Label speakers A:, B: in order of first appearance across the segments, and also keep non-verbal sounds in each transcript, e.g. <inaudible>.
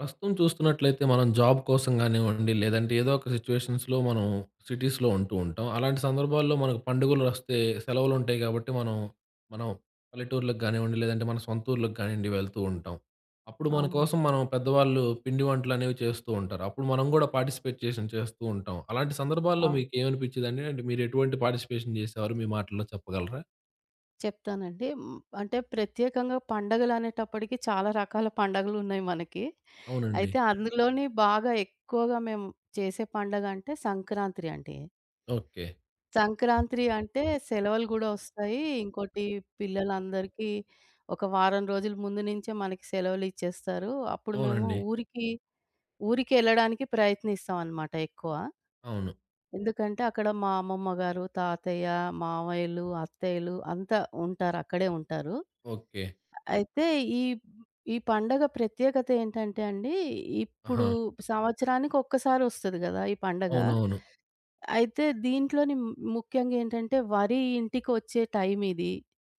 A: ప్రస్తుతం చూస్తున్నట్లయితే మనం జాబ్ కోసం గానివ్వండి, లేదంటే ఏదో ఒక సిట్యుయేషన్స్‌లో మనం సిటీస్‌లో ఉంటూ ఉంటాం. అలాంటి సందర్భాల్లో మనకు పండుగలొస్తే సెలవులుంటాయి గాబట్టి మనం పల్లెటూర్లకు గానివ్వండి, లేదంటే మన సొంత ఊర్లకు కానివ్వండి వెళ్తూ ఉంటాం. అప్పుడు మన కోసం
B: అవునండి.
A: మనం పెద్దవాళ్ళు పిండి వంటలనేవి చేస్తూ ఉంటారు. అప్పుడు మనం గూడా పార్టిసిపేషన్ చేస్తూ ఉంటాం. అలాంటి సందర్భాల్లో
B: ఆ!
A: మీకేమనిపిచ్చేదండి? అంటే మీరు ఎటువంటి పార్టిసిపేషన్ చేసేవారు? మీ మాటల్లో చెప్పగలరా?
B: చెప్తానండి. అంటే ప్రత్యేకంగా పండగలనేటప్పటికి చాలా రకాల పండగలున్నాయి మనకి.
A: అవునండి.
B: అయితే అందులోని బాగా ఎక్కువగా మేము చేసే పండగంటే సంక్రాంతి అండి.
A: ఓకే.
B: సంక్రాంతి అంటే సెలవులు గూడా ఒస్తాయి. ఇంకోటి పిల్లలందరికీ ఒక వారం రోజుల ముందు నుంచే మనకి సెలవులిచ్చేస్తారు. అప్పుడు మేము
A: అవునండి.
B: ఊరికి ఊరికెళ్ళడానికి ప్రయత్నిస్తామనమాట ఎక్కువ.
A: అవును.
B: ఎందుకంటే అక్కడ మా అమ్మమ్మ గారు, తాతయ్య, మావయ్యలు, అత్తయ్యలు అంతా ఉంటారు. అక్కడే ఉంటారు.
A: ఓకే.
B: అయితే ఈ ఈ పండగ ప్రత్యేకత ఏంటంటే అండి, ఇప్పుడు
A: ఆహా!
B: సంవత్సరానికి ఒక్కసారి ఒస్తది గదా! ఈ పండగ.
A: అవునవును.
B: అయితే దీంట్లోని ముఖ్యంగా ఏంటంటే వరి ఇంటికొచ్చే టైం ఇది.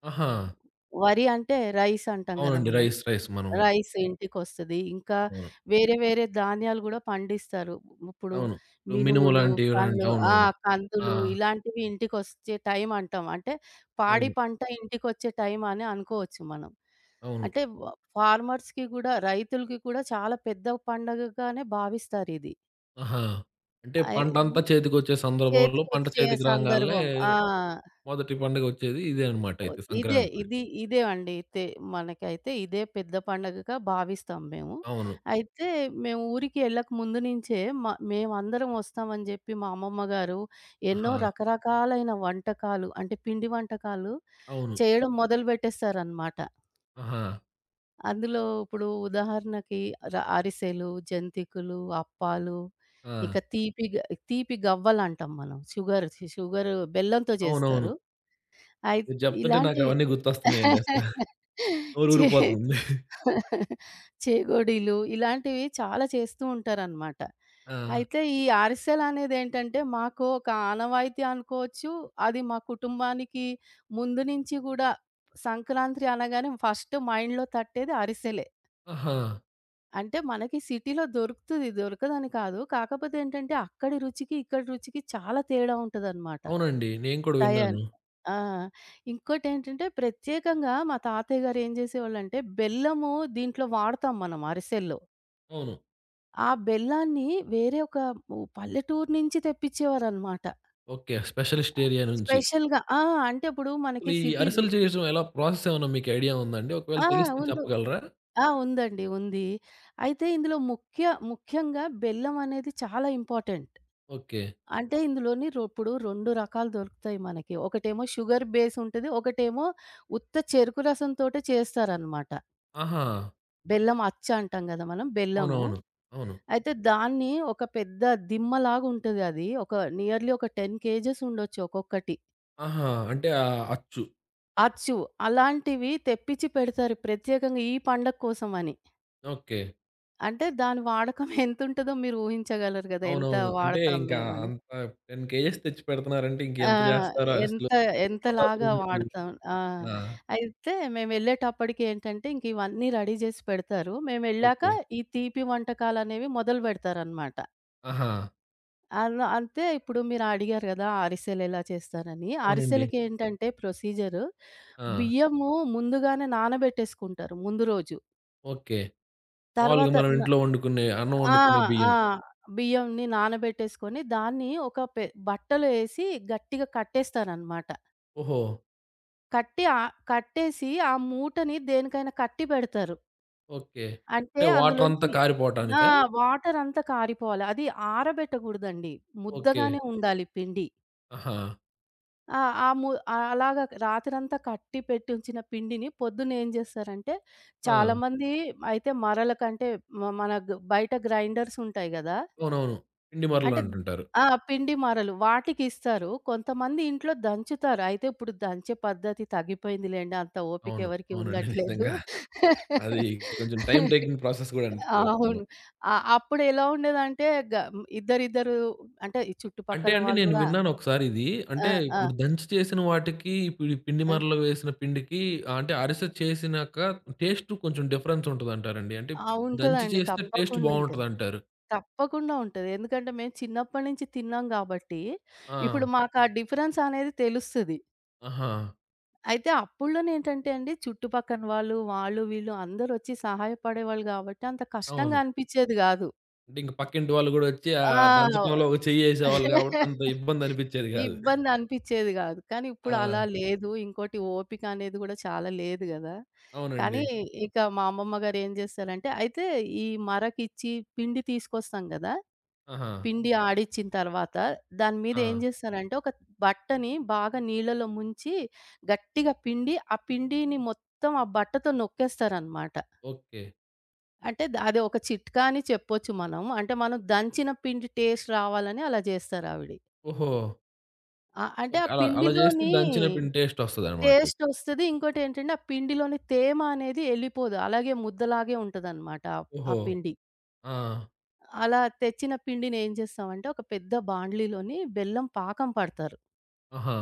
A: ఆహా!
B: వరి అంటే రైస్ అంటాం గదా!
A: అవునండి.
B: మనం.
A: రైస్ మనం
B: రైస్ ఇంటికొస్తది. ఇంకా
A: అవును.
B: వేరే వేరే ధాన్యాలు గూడా పండిస్తారు. ఇప్పుడు
A: అవును. ఇప్పుడు మినుము
B: మినువులు,
A: లాంటివి లాంటి
B: కందు ఆ!
A: అవునవును. ఆ!
B: కందులు ఇలాంటివి ఇంటికొచ్చే టైం అంటాం. అంటే పాడి
A: అవును.
B: పంట ఇంటికొచ్చే టైం అని అనుకోవచ్చు మనం.
A: అవును.
B: అంటే వ ఫార్మర్స్‌కి గూడా రైతులకి కూడా చాలా పెద్ద పండగగానే భావిస్తారిది.
A: ఆహా! అంటే
B: అయ్
A: పంటంతా చేతికొచ్చే సందర్భంలో పంట
B: చేతికొచ్చే
A: చేతికి రాంగాల్నే
B: సందర్భం.
A: మొదటి పండుగ వచ్చేది ఇదే అనమాట అయితే సంక్రాంతి.
B: ఇదేవండి. మనకైతే ఇదే పెద్ద పండగగా భావిస్తాం మేము.
A: అవును.
B: అయితే మేము ఊరికి ఎళ్ళక ముందు నుంచే మేమందరం వస్తామని చెప్పి మా అమ్మమ్మ గారు ఎన్నో
A: ఆహా!
B: రకరకాలైన వంటకాలు అంటే పిండి వంటకాలు
A: అవును.
B: చేయడం మొదలుపెట్టేస్తారనమాట.
A: ఆహా!
B: అందులో ఇప్పుడు ఉదాహరణకి అరిసెలు, జంతికలు, అప్పాలు
A: ఆ!
B: ఇంకా తీపి గవ్వలంటాం మనం. షుగర్ షుగర్ బెల్లంతో
A: అవునవును.
B: చేస్తారు. అయి
A: మీరు చెప్తుంటే
B: ఇలాంటి
A: నాకవన్నీ గుర్తొస్తున్నాయండి అసల. నోరు
B: చే
A: ఊరిపోతుంది.
B: చేగోడీలు ఇలాంటివి చాలా చేస్తూ ఉంటారనమాట.
A: ఆ!
B: అయితే ఈ అరిసెలనేదేంటంటే, మాకు ఒక ఆనవాయితీ అనుకోవచ్చు. అది మా కుటుంబానికి ముందు నుంచి గూడా సంక్రాంతి అనగానే ఫస్ట్ మైండ్‌లో తట్టేది అరిసెలే.
A: ఆహా!
B: అంటే మనకి సిటీలో దొరుకుతది, దొరకదని కాదు. కాకపోతే ఏంటంటే, అక్కడి రుచికి, ఇక్కడి రుచికి చాలా తేడా ఉంటదనమాట.
A: అవునండి. నేను కూడా
B: తయారు.
A: విన్నాను.
B: ఆ! ఇంకోటేంటంటే ప్రత్యేకంగా మా తాతయ్య గారు ఏం చేసేవాళ్ళంటే, బెల్లము దీంట్లో వాడతాం మనం అరిసెల్లో.
A: అవును.
B: ఆ బెల్లాన్ని వేరే ఒక పల్లెటూరు నుంచి తెప్పించేవారనమాట.
A: ఓకే. స్పెషలిస్ట్ ఏరియా నుంచి.
B: స్పెషల్‌గా అంటే ఇప్పుడు
A: అసలు
B: మనకి
A: ఈ
B: సిటీలు
A: అరిసెలు చేయడం ఎలా ప్రాసెస్ ఏమన్నా మీకు ఐడియా ఉందండి? ఒకవేళ
B: ఆ!
A: తెలిస్తే
B: ఉందు
A: చెప్పగలరా?
B: ఉంది. అయితే ఇందులో ముఖ్యంగా బెల్లం అనేది చాలా ఇంపార్టెంట్.
A: ఓకే.
B: అంటే ఇందులోని ఇప్పుడు 2 రకాలు దొరుకుతాయి మనకి. ఒకటేమో షుగర్ బేస్ ఉంటది. ఒకటేమో ఉత్త చెరుకు రసం తోటే చేస్తారనమాట.
A: ఆహా!
B: బెల్లం అచ్చ అంటాం గదా! మనం బెల్లము.
A: అవునవును. అవును.
B: అయితే దాన్ని ఒక పెద్ద దిమ్మలాగా ఉంటది అది. ఒక నియర్‌లీ ఒక 10 కేజెస్ ఉండొచ్చు ఒక్కొక్కటి.
A: ఆహా! అంటే అచ్చు.
B: అచ్చు అలాంటివి తెప్పించి పెడతారు ప్రత్యేకంగా ఈ పండగ కోసం అని.
A: ఓకే.
B: అంటే దాని వాడకం <laughs> ఎంతుంటదో మీరు ఊహించగలరు గదా! ఎంత
A: అవునవును. అంటే
B: వాడతాం
A: ఇంకా
B: మేము అని.
A: అంత 10 కేజెస్ తెచ్చి పెడుతున్నారంటే
B: ఆ!
A: ఇంకెంత చేస్తారో
B: ఎంత
A: అరిసెలు? మోతాదులో
B: ఎంతలాగా
A: మీరు
B: వాడతాం. ఆ!
A: ఆ!
B: అయితే మేమెళ్ళేటప్పటికి ఏంటంటే ఇంక ఇవన్నీ రెడీ జేసి పెడతారు. మేమెళ్ళాక
A: ఓకే.
B: ఈ తీపి వంటకాలనేవి మొదలు బెడతారనమాట.
A: ఆహా!
B: అలా అంటే ఇప్పుడు మీరు అడిగారు గదా! అరిసెలు ఎలా చేస్తారని.
A: అవునండి.
B: అరిసెలకేంటంటే ప్రొసీజరు
A: ఆ!
B: బియ్యము ముందుగానే నానబెట్టేసుకుంటారు ముందు రోజు.
A: ఓకే. మామూలుగా
B: తర్వాత
A: మనం
B: న
A: ఇంట్లో వండుకునే అన్నం
B: ఆ!
A: వండుకునే
B: ఆ!
A: బియ్యం.
B: బియ్యంని నానబెట్టేసుకొని దాన్ని ఒక పె బట్టలో ఏసి గట్టిగా కట్టేస్తారనమాట.
A: ఓహో!
B: కట్టి ఆ కట్టేసి ఆ మూటని దేనికైనా కట్టి పెడతారు.
A: ఓకే.
B: అంటే
A: అంటే వాటరంతా
B: అందులోంచి ఆ!
A: కారిపోవటానికా?
B: వాటరంతా కారిపోవాలి. అది ఆరబెట్టకూడదండి.
A: ఓకే.
B: ముద్దగానే ఉండాలి పిండి.
A: ఆహా!
B: ఆ! ఆ ము అలాగా రాత్రంతా కట్టి పెట్టి ఉంచిన పిండిని పొద్దున్నేం జేస్తారంటే,
A: ఆ!
B: చాలామంది అయితే మరల కంటే మన బయట గ్రైండర్స్ ఉంటాయి గదా!
A: అవునవును. పిండి మరలు
B: అంటే
A: అంటుంటారు.
B: పిండి మరలు. వాటికిస్తారు. కొంతమంది ఇంట్లో దంచుతారు. అయితే ఇప్పుడు దంచే పద్ధతి తగ్గిపోయిందిలెండి. అంత ఓపిక
A: అవును.
B: ఎవరికీ
A: అవునండి.
B: ఉండట్లేదు.
A: నిజంగా. అది కొంచెం టైమ్
B: <laughs>
A: టేకింగ్ ప్రాసెస్ కూడా అనుకోవచ్చు మనం.
B: అవును. అప్పుడెలా ఉండేదంటే గ ఇద్దరిద్దరు అంటే ఈ
A: అంటే
B: చుట్టుపక్కల
A: అండి
B: వాళ్ళు
A: నేను
B: గూడా
A: విన్నాను ఒకసారి ఇది.
B: ఆ!
A: అంటే
B: ఆ!
A: ఇప్పుడు దంచి చేసిన వాటికి, ఇప్పుడు ఈ పిండి
B: ఆ!
A: మరలో వేసిన పిండికి అంటే అరిసె చేసినాక టేస్ట్ కొంచెం డిఫరెన్స్ ఉంటదంటారండి. అంటే
B: ఆ!
A: దంచి
B: ఉంటదండి.
A: చేస్తే టేస్ట్
B: తప్పకుండా ఉంటది.
A: బావుంటదంటారు.
B: తప్పకుండా ఉంటది. ఎందుకంటే మేము చిన్నప్పటి నుంచి తిన్నాం గాబట్టి,
A: ఆ!
B: ఇప్పుడు మాకు ఆ డిఫరెన్స్ అనేది తెలుస్తది.
A: ఆహా!
B: అయితే అప్పుడులోనేంటంటే అండి చుట్టుపక్కన వాళ్ళు, వీళ్ళు అందరొచ్చి సహాయపడేవాళ్ళు గాబట్టి అంత కష్టంగా
A: అవును.
B: అనిపిచ్చేది గాదు.
A: అంటే ఇంక పక్కింటి వాళ్ళు గూడా వచ్చి
B: ఆ!
A: దంచడంలో ఒక చెయ్యేసేవాళ్ళు గాబట్టి అంత ఇబ్బంది అనిపిచ్చేది గాదు.
B: ఇబ్బంది అనిపిచ్చేది గాదు. కానీ ఇప్పుడు
A: ఆ!
B: అలా లేదు. ఇంకోటి ఓపిక అనేది గూడా చాలా లేదు గదా!
A: అవునండి.
B: కానీ ఇక మా అమ్మమ్మ గారు ఏం జేస్తారంటే, అయితే ఈ మరకిచ్చి పిండి తీసుకొస్తాం గదా!
A: ఆహా!
B: పిండి ఆడిచ్చిన తర్వాత దాని మీద
A: ఆ!
B: ఏం జేస్తారంటే, ఒక బట్టని బాగా నీళ్ళలో ముంచి గట్టిగా పిండి, ఆ పిండిని మొత్తం ఆ బట్టతో నొక్కేస్తారనమాట.
A: ఓకే.
B: అంటే ద అది ఒక చిట్కా అని చెప్పొచ్చు మనం. అంటే మనం దంచిన పిండి టేస్ట్ రావాలని అలా జేస్తారావిడ.
A: ఓహో!
B: అంటే
A: ఓకే.
B: ఆ
A: అలా అలా జేస్తే
B: పిండిలోని
A: దంచిన పిండి టేస్ట్ ఒస్తదనమాట అయితే.
B: టేస్టొస్తది. ఇంకోటేంటంటే, ఆ పిండిలోని తేమ అనేది ఎళ్ళిపోదు. అలాగే ముద్దలాగే ఉంటదనమాట ఆ ఆ
A: ఓహో!
B: పిండి.
A: ఆ!
B: అలా తెచ్చిన పిండిని ఏం చేస్తామంటే, ఒక పెద్ద బాండ్లీలోని బెల్లం పాకం పడతారు.
A: ఆహా!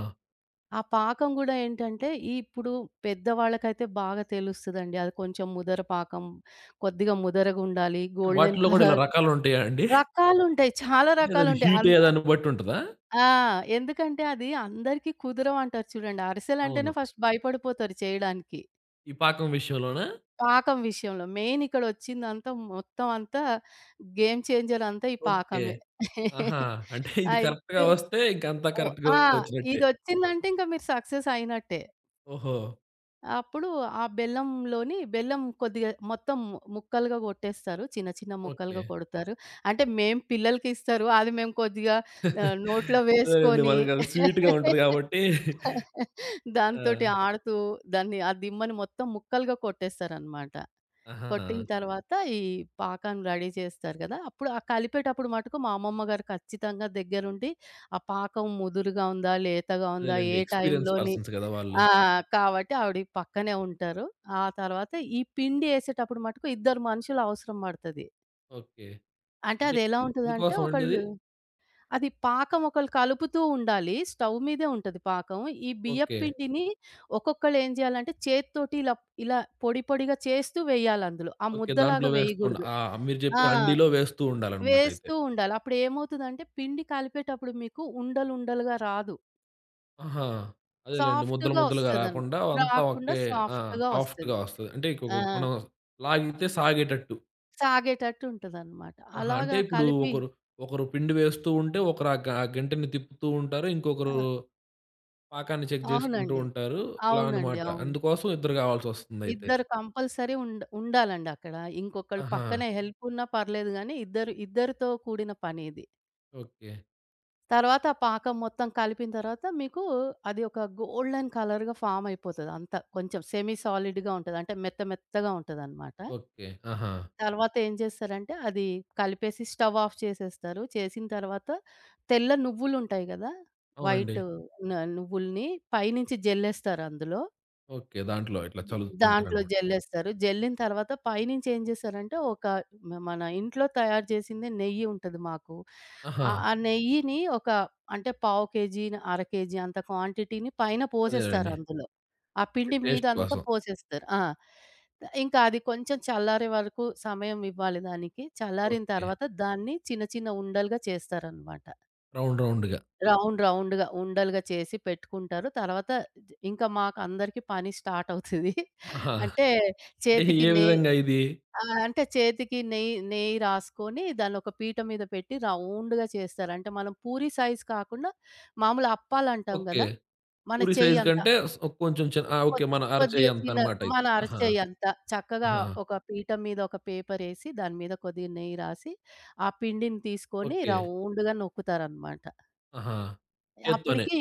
B: ఆ పాకం గూడా ఏంటంటే, ఇప్పుడు పెద్దవాళ్ళకైతే బాగా తెలుస్తదండి. అది కొంచెం ముదర పాకం, కొద్దిగా ముదరగుండాలి, గోల్డెన్
A: వాటిల్లో గూడా ఇలా
B: కలర్.
A: రకాలుంటాయా అండి?
B: రకాలుంటాయి. చాలా
A: అంటే అది
B: రకాలుంటాయి.
A: హీట్ అయ్యే దాన్ని బట్టి ఉంటదా?
B: ఆ! ఎందుకంటే అది అందరికీ కుదరవంటారు చూడండి. అరిసెలంటేనే
A: అవును.
B: ఫస్ట్ భయపడిపోతారు చేయడానికి.
A: ఈ పాకం విషయంలోనా?
B: పాకం విషయంలో. మెయిన్ ఇక్కడొచ్చిందంతా మొత్తం అంతా గేమ్ చేంజర్ అంతా ఈ
A: ఓకే.
B: పాకమే.
A: ఆహా! అంటే ఇది కరెక్ట్‌గా
B: అయితే
A: వస్తే ఇంకంతా
B: ఓ
A: కరెక్ట్‌గా
B: ఆ!
A: వచ్చినట్టే.
B: ఇదొచ్చిందంటే ఇంక మీరు సక్సెస్ అయినట్టే.
A: ఓహో!
B: అప్పుడు ఆ బెల్లంలోని బెల్లం కొద్దిగా మొత్తం ముక్కలుగా కొట్టేస్తారు. చిన్న చిన్న
A: ఓకే.
B: ముక్కలుగా కొడతారు. అంటే మేము పిల్లలకి ఇస్తారు. అది మేము కొద్దిగా నోట్లో
A: అదేలెండి.
B: వేసుకొని
A: మనకది స్వీట్‌గా ఉంటది
B: <laughs>
A: గాబట్టి ఆ!
B: దాంతోటి ఆడుతూ దాన్ని ఆ దిమ్మని మొత్తం ముక్కలుగా కొట్టేస్తారనమాట.
A: ఆహా!
B: కొట్టిన తర్వాత ఈ పాకాన్ని రెడీ చేస్తారు కదా! అప్పుడు ఆ కలిపేటప్పుడు మటుకు మా అమ్మమ్మ గారు ఖచ్చితంగా దగ్గరుండి ఆ పాకం ముదురుగా ఉందా? లేతగా ఉందా?
A: అదేలెండి.
B: ఏ
A: ఎక్స్‌పీరియన్స్
B: టైంలోని
A: పర్సన్స్ గదా! వాళ్ళు.
B: ఆ! కాబట్టి ఆవిడ పక్కనే ఉంటారు. ఆ తర్వాత ఈ పిండి ఏసేటప్పుడు మటుకు ఇద్దరు మనుషులు అవసరం పడతది.
A: ఓకే.
B: అంటే
A: అంటే
B: అది ఎలా ఉంటదంటే
A: ఎందుకోసం అండి అది?
B: ఒకళ్ళు అది పాకం ఒకళ్ళు కలుపుతూ ఉండాలి. స్టవ్ మీదే ఉంటది పాకం. ఈ బియ్యపు
A: ఓకే.
B: పిండిని ఒక్కొక్కళ్ళు ఏం జేయాలంటే చేత్తోటి ఇలా ఇలా పొడి పొడిగా చేస్తూ వేయాలి అందులో. ఆ
A: ఓకే. దాంట్లో
B: ముద్దలాగా
A: వేస్తూ ఉండ
B: వేయగూడదు.
A: ఆ! మీరు
B: ఆ!
A: చెప్పిన అండీలో వేస్తూ ఉండాలనమాట అయితే.
B: వేస్తూ ఉండాలి. అప్పుడేమవుతదంటే పిండి కలిపేటప్పుడు మీకు ఉండలు ఉండలుగా రాదు.
A: ఆహా! అదేలెండి. ముద్దలు
B: సాఫ్ట్‌గా
A: ముద్దలుగా
B: ఒస్తదన్
A: రాకుండా అంతా
B: రాకుండా
A: ఒకే ఆ!
B: సాఫ్ట్‌గా ఒస్తది.
A: సాఫ్ట్‌గా వస్తది. అంటే ఇకొక
B: ఆ!
A: మనం లాగితే సాగేటట్టు.
B: సాగేటట్టు ఉంటదనమాట.
A: ఆహా! అంటే
B: అలాగా
A: ఇప్పుడు
B: కలిపి
A: ఒకరు పిండి వేస్తూ ఉంటే ఒకరు ఆ గంటెని తిప్పుతూ ఉంటారు. ఇంకొకరు
B: ఆ!
A: పాకాన్ని చెక్ చేసుకుంటూ
B: అవునండి.
A: ఉంటారు. అలా
B: అవునండి.
A: అనమాట.
B: అవును.
A: అందుకోసం ఇద్దరు కావాల్సొస్తుందయితే.
B: ఇద్దరు కంపల్సరీ ఉండ ఉండాలండి అక్కడ. ఇంకొకళ్ళు
A: ఆహా!
B: పక్కనే హెల్ప్ ఉన్నా పర్లేదు గానీ, ఇద్దరితో కూడిన పని ఇది.
A: ఓకే.
B: తర్వాత ఆ పాకం మొత్తం కలిపిన తర్వాత మీకు అది ఒక గోల్డెన్ కలర్‌గా ఫార్మ్ అయిపోతది అంతా. కొంచెం సెమీ సాలిడ్‌గా ఉంటది. అంటే మెత్త మెత్తగా ఉంటదనమాట.
A: ఓకే. ఆహా!
B: తర్వాత ఏం చేస్తారంటే అది కలిపేసి స్టవ్ ఆఫ్ చేసేస్తారు. చేసిన తర్వాత తెల్ల నువ్వులుంటాయి గదా!
A: అవునండి.
B: వైట్ న నువ్వుల్ని పైనుంచి జల్లేస్తారు అందులో.
A: ఓకే. దాంట్లో ఇట్లా
B: జి
A: చల్లుతూ
B: దాంట్లో
A: ఉంటారనమాట.
B: జల్లేస్తారు. జల్లిన తర్వాత పైనుంచి ఏం చేశారంటే, ఒక మ మన ఇంట్లో తయారు చేసిందే నెయ్యి ఉంటది మాకు.
A: ఆహా!
B: ఆ నెయ్యిని ఒక అంటే పావు కేజీ, అర కేజీ అంత క్వాంటిటీని పైన పోసేస్తారు
A: అదేలెండి.
B: అందులో. ఆ
A: ఓకే.
B: పిండి
A: టేస్ట్
B: మీదంతా
A: కోసం.
B: పోసేస్తారు. ఇంకా అది కొంచెం చల్లారే వరకు సమయం ఇవ్వాలి దానికి. చల్లారిన
A: ఓకే.
B: తర్వాత దాన్ని చిన్న చిన్న ఉండలుగా చేస్తారనమాట.
A: రౌండ్ రౌండ్‌గా.
B: రౌండ్ రౌండ్‌గా ఉండలుగా చేసి పెట్టుకుంటారు. తర్వాత ఇంకా మాకందరికీ పని స్టార్ట్ అవుతది.
A: ఆహా!
B: అంటే
A: అంటే
B: చేతికి
A: ఏ
B: నెయ్
A: విధంగా ఇది?
B: అంటే చేతికి నెయ్యి నెయ్యి రాసుకొని దాన్ని ఒక పీట మీద పెట్టి రౌండ్‌గా చేస్తారు. అంటే మనం పూరి సైజ్ కాకుండా మామూలు అప్పాలంటాం
A: ఓకే.
B: గదా! మన
A: పూరి
B: చెయ్యి
A: సైజ్
B: అంత
A: కంటే స్ కొంచెం చిన్న ఆ! ఓకే. మన
B: కొద్దిగా
A: అరచేయి
B: చిన్న
A: అంతనమాట
B: మన
A: అయితే. ఆహా!
B: అరచెయ్యి అంత చక్కగా
A: ఆహా!
B: ఒక పీట మీద ఒక పేపరేసి దాని మీద కొద్దిగా నెయ్యి రాసి, ఆ పిండిని తీసుకొని
A: ఓకే.
B: రౌండ్‌గా నొక్కుతారనమాట.
A: ఆహా! చేత్తోనే.
B: అప్పటికి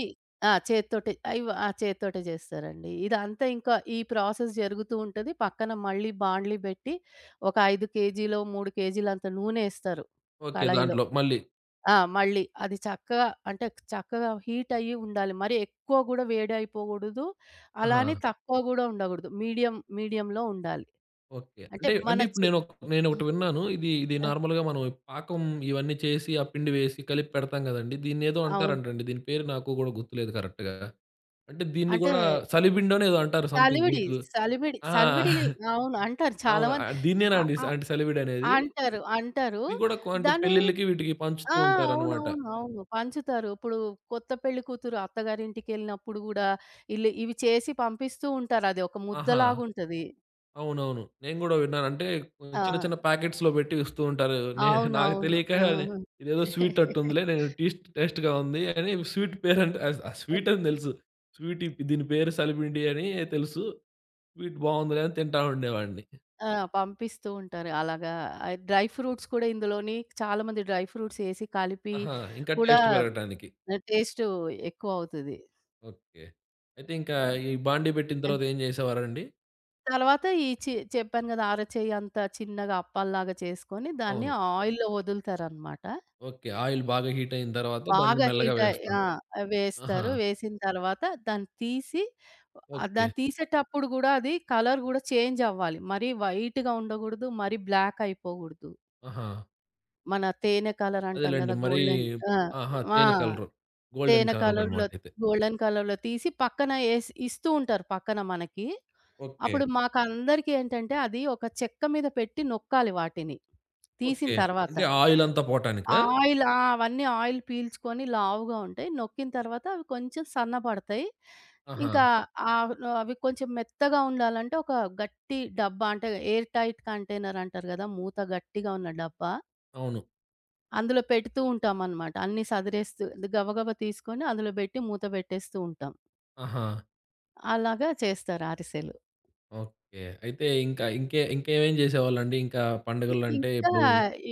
B: ఆ! చేత్తోటే అయ్యో! ఆ! చేత్తోటే జేస్తారండి. ఇదంతా ఇంకా ఈ ప్రాసెస్ జరుగుతూ ఉంటది. పక్కన మళ్ళీ బాండ్లీ బెట్టి ఒక 5 కేజీలో, 3 కేజీలంత నూనేస్తారు
A: ఓకే.
B: కళాయిలో.
A: దాంట్లో మళ్ళీ.
B: మళ్ళీ అది చక్కగా చక్కగా హీట్ అయ్యి ఉండాలి. మరి ఎక్కువ గూడా వేడయిపోగూడదు.
A: ఆహా!
B: అలానే తక్కువ గూడా ఉండగూడదు. మీడియం మీడియంలో ఉండాలి.
A: ఓకే.
B: అంటే
A: అంటే,
B: మన
A: అంటే ఇప్పుడు
B: చే
A: నేనొకటి విన్నాను. ఇది
B: ఆ!
A: నార్మల్‌గా మనం పాకం ఇవన్నీ చేసి, ఆ పిండి వేసి కలిపి పెడతాం గదండీ! దీన్నేదో
B: అవును.
A: అంటారంటండి. దీని పేరు నాకు గూడా గుర్తులేదు కరెక్ట్‌గా. అంటే దీన్ని
B: అంటే
A: గూడా సలిబిండోనో ఏదో అంటారు సంథింగ్
B: సలివిడి,
A: మీకు. ఆ!
B: సలివిడిని అవును. అంటారు చాలా
A: అవును.
B: మంది.
A: దీన్నేనా అండి?
B: అ
A: అంటే సలివిడనేది?
B: అంటారు. అంటారు.
A: ఇది గూడా కొ అంటే
B: దాన్ని
A: పెళ్ళిళ్ళకి వీటికి పంచుతూ
B: ఆ!
A: ఉంటారనమాట.
B: అవునవును. అవును. పంచుతారు. ఇప్పుడు కొత్త పెళ్లి కూతురు అత్తగారింటికెళ్ళినప్పుడు గూడా ఈళ్ళు ఇవి చేసి పంపిస్తూ ఉంటారు. అది ఒక
A: ఆహా!
B: ముద్దలాగుంటది.
A: అవునవును. నేను గూడా విన్నాను. అంటే కొంచెం
B: ఆ!
A: చిన్న చిన్న ప్యాకెట్స్‌లో పెట్టి ఇస్తూ ఉంటారు. నే నాకు
B: అవునవును.
A: తెలియక నే- ఇదేదో స్వీట్ అట్టుందిలే నేను టీస్ట్ టేస్ట్‌గా ఉంది అని స్వీట్ పేరంటే అ ఆ
B: అప్
A: స్వీట్ అని తెలుసు. స్వీట్ ఇప్ దీని పేరు సలిపిండి అని తెలుసు. స్వీట్ బావుందిలే అని తింటా ఉండేవాడిని.
B: ఆ! పంపిస్తూ ఉంటారు. అలాగా ఆహ్, డ్రై ఫ్రూట్స్ కూడా ఇందులోని చాలా మంది డ్రై ఫ్రూట్స్ ఏసి కలిపి
A: ఆహా! ఇంకా
B: కూడా
A: టేస్ట్ పెరగటానికి.
B: టేస్టు ఎక్కువ అవుతది.
A: ఓకే. అయితే ఇంకా ఈ బాండీ పెట్టిన తర్వాత ఏం చేసేవారండి?
B: తర్వాత ఈ చె చెప్పాను గదా! అరచేయి అంత చిన్నగా అప్పాల్లాగా చేసుకొని దాన్ని
A: అవును.
B: ఆయిల్‌లో వదులుతారనమాట.
A: ఓకే. ఆయిల్ బాగా హీట్ అయిన తర్వాత దాన్ని
B: బాగా
A: మెల్లగా
B: హీట్ అయి ఆ!
A: వేస్తుండే ఆహా!
B: వేస్తారు. వేసిన తర్వాత దాన్ని తీసి
A: ఓకే.
B: దాన్ని తీసేటప్పుడు గూడా అది కలర్ గూడా చేంజ్ అవ్వాలి. మరీ వైట్‌గా ఉండగూడదు. మరీ బ్లాక్ అయిపోగూడదు.
A: ఆహా!
B: మన తేనె కలర్ అంటాం
A: అదేలెండి.
B: గదా!
A: మరీ
B: గోల్డెన్ ఆ!
A: ఆహా!
B: ఆ!
A: తేనె కలరు. గోల్డెన్
B: తేనె
A: కలర్
B: కలర్‌లో
A: అన్నమాటయితే.
B: గోల్డెన్ కలర్‌లో తీసి పక్కన ఏసి ఇస్తూ ఉంటారు పక్కన మనకి.
A: ఓకే.
B: అప్పుడు మాకందరికీ ఏంటంటే అది ఒక చెక్క మీద పెట్టి నొక్కాలి వాటిని. తీసిన
A: ఓకే.
B: తర్వాత.
A: అంటే ఆయిలంతా పోటానికా?
B: ఆయిల్ ఆ! అవన్నీ ఆయిల్ పీల్చుకొని లావుగా ఉంటాయి. నొక్కిన తర్వాత అవి కొంచెం సన్నబడతాయి.
A: ఆహా!
B: ఇంకా ఆహ్, అవి కొంచెం మెత్తగా ఉండాలంటే ఒక గట్టి డబ్బా అంటే ఎయిర్ టైట్ కంటైనర్ అంటారు గదా! మూత గట్టిగా ఉన్న డబ్బా.
A: అవును.
B: అందులో పెడుతూ ఉంటామనమాట. అన్నీ సదిరేస్తూ గబగబా తీసుకొని అందులో బెట్టి మూత బెట్టేస్తూ ఉంటాం.
A: ఆహా!
B: అలాగా చేస్తారు అరిసెలు.
A: ఓకే. అయితే ఇంకా ఇంకేమేం చేసేవాళ్ళండి? ఇంకా
B: ఇ
A: పండుగలంటే
B: ఇంకా
A: ఇప్పుడు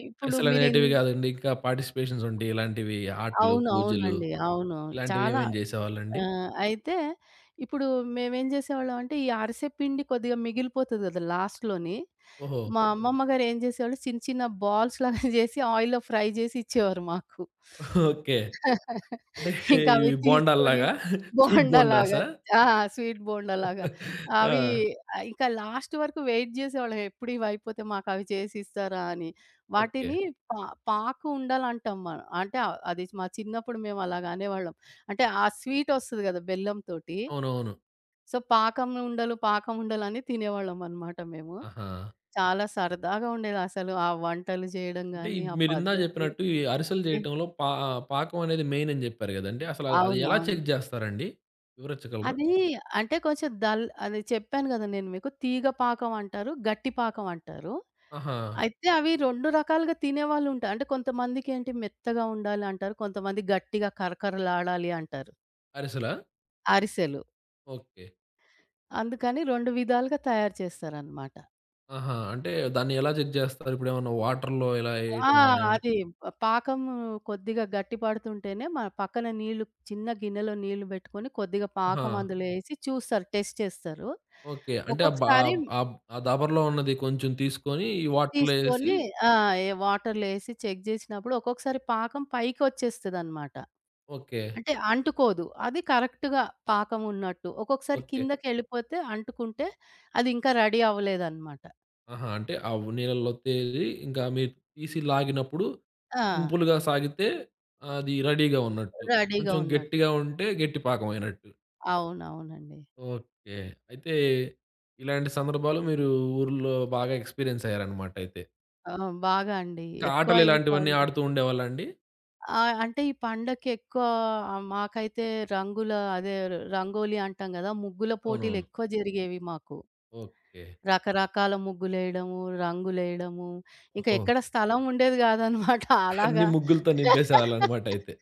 B: ఇప్పుడు మీరిన్
A: అరిసెలనేటివి గాదండి. ఇంకా పార్టిసిపేషన్స్ ఉంటాయి. ఇలాంటివి ఆటలు,
B: అవును.
A: పూజలు
B: అవునండి. అవును.
A: ఇలాంటివి
B: చాలా
A: ఏమేం చేసేవాళ్ళండి?
B: అయితే ఇప్పుడు మేమేం జేసేవాళ్ళం అంటే ఈ అరిసె పిండి కొద్దిగా మిగిలిపోతది గదా! లాస్ట్‌లోని.
A: ఓహో!
B: మా అమ్మమ్మ గారు ఏం జేసేవాళ్ళు చిన్న చిన్న బాల్స్ లాగా <laughs> జేసి ఆయిల్‌లో ఫ్రై జేసి ఇచ్చేవారు మాకు.
A: ఓకే.
B: <laughs>
A: అంటే
B: ఇంకా అవి
A: ఇవి
B: తీసుకొని
A: బోండాల్లాగా? స్వీట్
B: బోండాలాగా.
A: బోండాసా?
B: ఆ! స్వీట్ బోండాలాగా. అవి
A: ఆ!
B: ఇంకా లాస్ట్ వరకు వెయిట్ జేసేవాళ్ళం. ఎప్పుడు ఇవయిపోతే మాకవి చేసిస్తారా అని.
A: ఓకే.
B: వాటిని పా పాకు ఉండలంటాం మనం. అంటే అది మా చిన్నప్పుడు మేము అలాగ అనేవాళ్ళం. అంటే ఆ స్వీట్ ఒస్తది గదా! బెల్లంతోటి.
A: అవునవును.
B: సో, పాకం ఉండలు, పాకం ఉండలని తినేవాళ్ళం అన్నమాట మేము.
A: ఆహా!
B: చాలా సరదాగా ఉండేదసలు. ఆ వంటలు జేయడం
A: అంటే ఈ
B: గాని, ఆ
A: మీరిందాక
B: పద్ధతి.
A: జెప్పినట్టు ఈ అరిసెలు
B: హ్మ్.
A: జేయటంలో పా పాకం అనేది మెయిన్ అని జెప్పారు గదండీ! అసల అది ఎలా
B: అవునవును.
A: చెక్ జేస్తారండి? వివరించగలరా?
B: అది అంటే కొంచెం డల్ అది చెప్పాను గదా! నేను మీకు. తీగ పాకం అంటారు. గట్టి పాకం అంటారు.
A: ఆహా!
B: అయితే అవి 2 రకాలుగా తినేవాళ్ళుంటారు. అంటే కొంతమందికి ఏంటి మెత్తగా ఉండాలి అంటారు. కొంతమంది గట్టిగా కరకరలాడాలి అంటారు.
A: అరిసెలా?
B: అరిసెలు.
A: ఓకే.
B: అందుకని 2 విధాలుగా తయారు చేస్తారనమాట.
A: ఆహా! అంటే దాన్ని ఎలా చెక్ జేస్తారు? ఇప్పుడేమన్నా వాటర్‌లో ఇలా
B: ఆ!
A: ఏయటం గానా?
B: అది పాకం కొద్దిగా గట్టి పడుతుంటేనే మన పక్కన నీళ్లు చిన్న గిన్నెలో నీళ్లు బెట్టుకొని కొద్దిగా
A: ఆహా!
B: పాకం అందులో ఏసి చూస్తారు. టెస్ట్ చేస్తారు.
A: ఓకే. అంటే ఆ బా
B: ఒక్కొక్కసారి
A: ఆ ఆ దబరలో ఉన్నది కొంచెం తీసుకొని ఈ వాటర్‌లో ఏసి
B: తీసుకొని ఆ! ఏ వాటర్‌లో ఏసి చెక్ జేసినప్పుడు ఒక్కొక్కసారి పాకం పైకొచ్చేస్తదనమాట.
A: ఓకే.
B: అంటే అంటుకోదు. అది కరెక్ట్‌గా పాకం ఉన్నట్టు. ఒక్కొక్కసారి
A: ఓకే.
B: కిందకెళ్ళిపోతే అంటుకుంటే అది ఇంకా రెడీ అవ్వలేదనమాట.
A: ఆహా! అంటే ఆ నీళ్ళల్లో తేలి ఇంకా మీరు తీసి లాగినప్పుడు
B: ఆ!
A: సింపుల్‌గా సాగితే అది రెడీగా ఉన్నట్టు.
B: రెడీగా
A: కొంచెం
B: ఉన్నట్టు.
A: గట్టిగా ఉంటే గట్టి పాకం అయినట్టు.
B: అవునవునండి.
A: ఓకే. అయితే ఇలాంటి సందర్భాలు మీరు ఊర్లో బాగా ఎక్స్‌పీరియన్స్ అయ్యారన్నమాట అయితే.
B: ఆ! బాగా అండి.
A: ఇంకా
B: ఎక్కువ
A: ఆటలు
B: ఈ
A: ఇలాంటివన్నీ
B: పండు
A: ఆడుతూ ఉండేవాళ్ళా అండి?
B: ఆ! అంటే ఈ పండగకెక్కువ మాకైతే రంగుల అదే రంగోలి అంటాం గదా! ముగ్గుల
A: అవునవును.
B: పోటీలెక్కువ జరిగేవి మాకు.
A: ఓకే.
B: రకరకాల ముగ్గులేయడము, రంగులేయడము, ఇంకా
A: ఓహో!
B: ఎక్కడ స్థలం ఉండేది గాదనమాట. <laughs>
A: అన్ని
B: అలాగా
A: ముగ్గులతో నింపేసేవాళ్ళన్నమాట అయితే.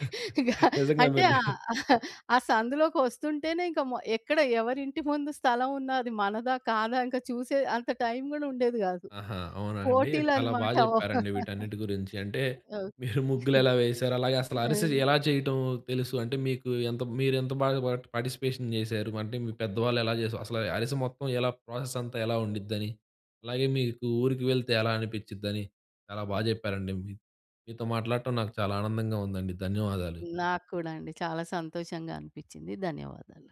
A: <laughs>
B: ఇగ
A: నిజంగా
B: అంటే
A: మీరు
B: ఆహ్, ఆ సందులోకి వస్తుంటేనే ఇంక ఎక్కడ ఎవరింటి ముందు స్థలం ఉన్నా అది మనదా? కాదా? ఇంక చూసే అంత టైం గూడా ఉండేది గాదు.
A: ఆహా! అవునా అండి? చాలా బా
B: పోటీలనమాట.
A: జెప్పారండి వీటన్నిటి గురించి. అంటే
B: ఓహ్!
A: మీరు ముగ్గులెలా వేశారు, అలాగే అసలు
B: ఆ!
A: అరిసె ఎలా చేయటం తెలుసు? అంటే మీకు ఎంత మీరెంత బాగా పార్టిసిపేషన్ జేశారు? అంటే మీ పెద్దవాళ్ళు ఎలా జేసారు? అసలు అరిసె మొత్తం ఎలా ప్రాసెస్ అంతా ఎలా ఉండిద్దని, అలాగే మీకు ఊరికి వెళ్తే ఎలా అనిపిచ్చిద్దని చాలా బా జెప్పారండి. మీతో మాట్లాడటం నాకు చాలా ఆనందంగా ఉందండి. ధన్యవాదాలు.
B: నాకు కూడా అండి. చాలా సంతోషంగా అనిపిచ్చింది. ధన్యవాదాలు.